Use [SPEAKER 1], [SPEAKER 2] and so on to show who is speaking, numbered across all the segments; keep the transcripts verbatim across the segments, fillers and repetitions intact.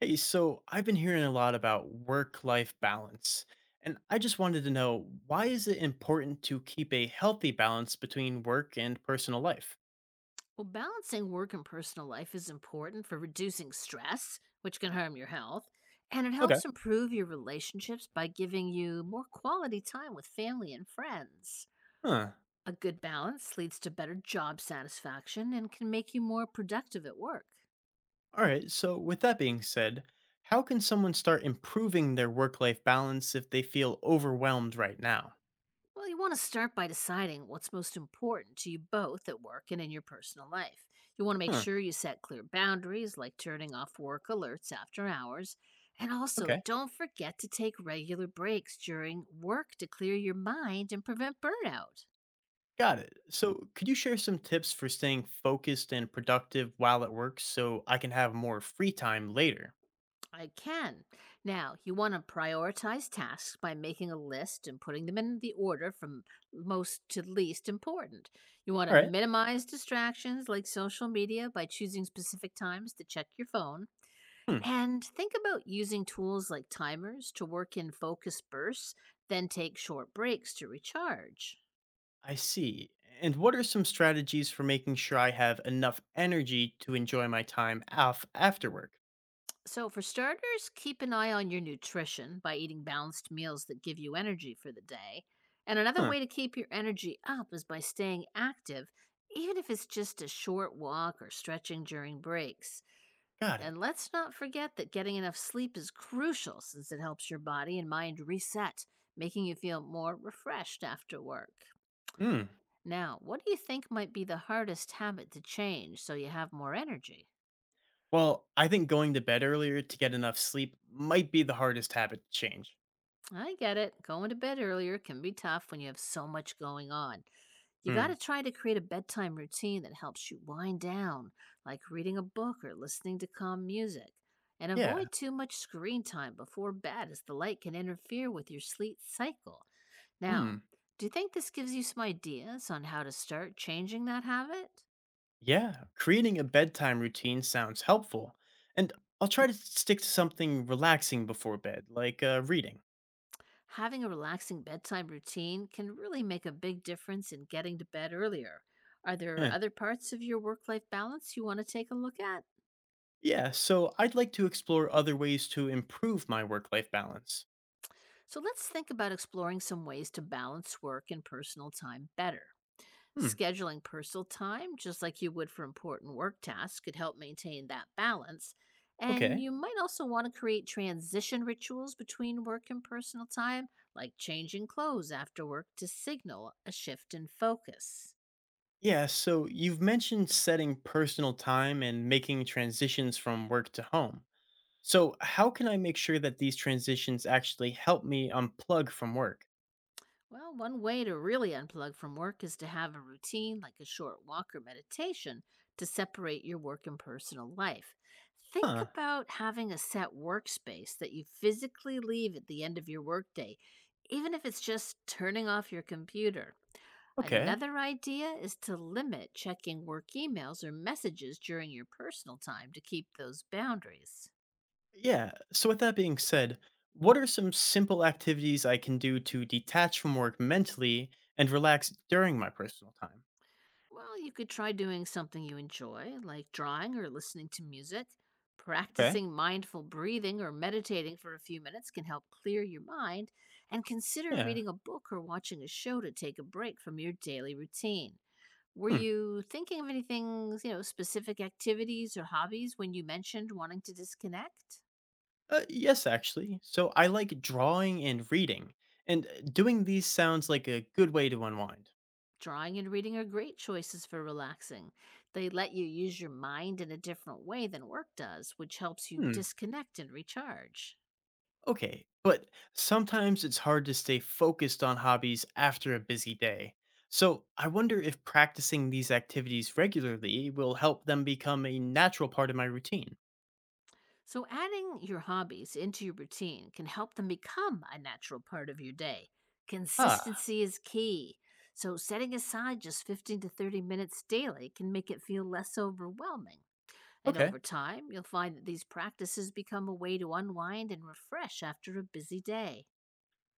[SPEAKER 1] Hey, so I've been hearing a lot about work-life balance, and I just wanted to know, why is it important to keep a healthy balance between work and personal life?
[SPEAKER 2] Well, balancing work and personal life is important for reducing stress, which can harm your health, and it
[SPEAKER 1] Okay.
[SPEAKER 2] helps improve your relationships by giving you more quality time with family and friends.
[SPEAKER 1] Huh.
[SPEAKER 2] A good balance leads to better job satisfaction and can make you more productive at work.
[SPEAKER 1] All right. So with that being said, how can someone start improving their work-life balance if they feel overwhelmed right now?
[SPEAKER 2] Well, you want to start by deciding what's most important to you both at work and in your personal life. You want to make
[SPEAKER 1] Huh.
[SPEAKER 2] sure you set clear boundaries, like turning off work alerts after hours. And also,
[SPEAKER 1] Okay.
[SPEAKER 2] don't forget to take regular breaks during work to clear your mind and prevent burnout.
[SPEAKER 1] Got it. So could you share some tips for staying focused and productive while at work so I can have more free time later?
[SPEAKER 2] I can. Now, you want to prioritize tasks by making a list and putting them in the order from most to least important. You want to
[SPEAKER 1] All right.
[SPEAKER 2] minimize distractions like social media by choosing specific times to check your phone.
[SPEAKER 1] Hmm.
[SPEAKER 2] And think about using tools like timers to work in focus bursts, then take short breaks to recharge.
[SPEAKER 1] I see. And what are some strategies for making sure I have enough energy to enjoy my time off after work?
[SPEAKER 2] So, for starters, keep an eye on your nutrition by eating balanced meals that give you energy for the day. And another
[SPEAKER 1] Huh,
[SPEAKER 2] way to keep your energy up is by staying active, even if it's just a short walk or stretching during breaks.
[SPEAKER 1] got it.
[SPEAKER 2] And let's not forget that getting enough sleep is crucial since it helps your body and mind reset, making you feel more refreshed after work.
[SPEAKER 1] Mm.
[SPEAKER 2] Now, what do you think might be the hardest habit to change so you have more energy?
[SPEAKER 1] Well, I think going to bed earlier to get enough sleep might be the hardest habit to change.
[SPEAKER 2] I get it. Going to bed earlier can be tough when you have so much going on. You got
[SPEAKER 1] Mm.
[SPEAKER 2] to try to create a bedtime routine that helps you wind down, like reading a book or listening to calm music. And
[SPEAKER 1] Yeah.
[SPEAKER 2] avoid too much screen time before bed, as the light can interfere with your sleep cycle. Now,
[SPEAKER 1] Hmm.
[SPEAKER 2] do you think this gives you some ideas on how to start changing that habit?
[SPEAKER 1] Yeah. Creating a bedtime routine sounds helpful. And I'll try to stick to something relaxing before bed, like uh, reading.
[SPEAKER 2] Having a relaxing bedtime routine can really make a big difference in getting to bed earlier. Are there
[SPEAKER 1] Huh.
[SPEAKER 2] other parts of your work life balance you want to take a look at?
[SPEAKER 1] Yeah, so I'd like to explore other ways to improve my work life balance.
[SPEAKER 2] So, let's think about exploring some ways to balance work and personal time better.
[SPEAKER 1] Hmm.
[SPEAKER 2] Scheduling personal time, just like you would for important work tasks, could help maintain that balance. And
[SPEAKER 1] Okay.
[SPEAKER 2] you might also want to create transition rituals between work and personal time, like changing clothes after work to signal a shift in focus.
[SPEAKER 1] Yeah, so you've mentioned setting personal time and making transitions from work to home. So, how can I make sure that these transitions actually help me unplug from work?
[SPEAKER 2] Well, one way to really unplug from work is to have a routine like a short walk or meditation to separate your work and personal life. Think
[SPEAKER 1] Huh,
[SPEAKER 2] about having a set workspace that you physically leave at the end of your workday, even if it's just turning off your computer.
[SPEAKER 1] okay.
[SPEAKER 2] Another idea is to limit checking work emails or messages during your personal time to keep those boundaries.
[SPEAKER 1] Yeah, so with that being said, what are some simple activities I can do to detach from work mentally and relax during my personal time?
[SPEAKER 2] Well, you could try doing something you enjoy, like drawing or listening to music.
[SPEAKER 1] Okay,
[SPEAKER 2] Practicing mindful breathing or meditating for a few minutes can help clear your mind, and consider
[SPEAKER 1] yeah.
[SPEAKER 2] reading a book or watching a show to take a break from your daily routine. Were
[SPEAKER 1] Hmm.
[SPEAKER 2] you thinking of anything, you know, specific activities or hobbies when you mentioned wanting to disconnect?
[SPEAKER 1] Uh, yes, actually. So, I like drawing and reading, and uh, doing these sounds like a good way to unwind.
[SPEAKER 2] Drawing and reading are great choices for relaxing. They let you use your mind in a different way than work does, which helps you
[SPEAKER 1] Hmm.
[SPEAKER 2] disconnect and recharge.
[SPEAKER 1] Okay, but sometimes it's hard to stay focused on hobbies after a busy day. So I wonder if practicing these activities regularly will help them become a natural part of my routine.
[SPEAKER 2] So, adding your hobbies into your routine can help them become a natural part of your day.
[SPEAKER 1] Ah,
[SPEAKER 2] Consistency is key. So, setting aside just fifteen to thirty minutes daily can make it feel less overwhelming. And
[SPEAKER 1] okay.
[SPEAKER 2] over time, you'll find that these practices become a way to unwind and refresh after a busy day.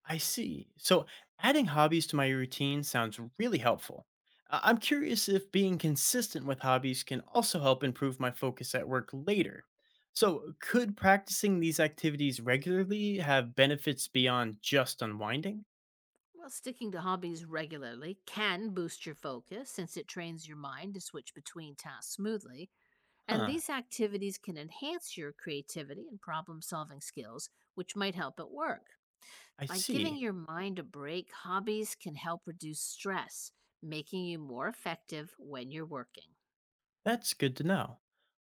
[SPEAKER 1] I see. So adding hobbies to my routine sounds really helpful. I- I'm curious if being consistent with hobbies can also help improve my focus at work later. So, could practicing these activities regularly have benefits beyond just unwinding?
[SPEAKER 2] Well, sticking to hobbies regularly can boost your focus since it trains your mind to switch between tasks smoothly. And
[SPEAKER 1] Huh,
[SPEAKER 2] these activities can enhance your creativity and problem solving skills, which might help at work.
[SPEAKER 1] I
[SPEAKER 2] By giving
[SPEAKER 1] see.
[SPEAKER 2] your mind a break, hobbies can help reduce stress, making you more effective when you're working.
[SPEAKER 1] That's good to know.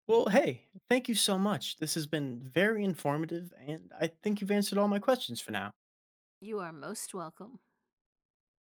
[SPEAKER 1] Well, hey, thank you so much. This has been very informative, and I think you've answered all my questions for now.
[SPEAKER 2] You are most welcome.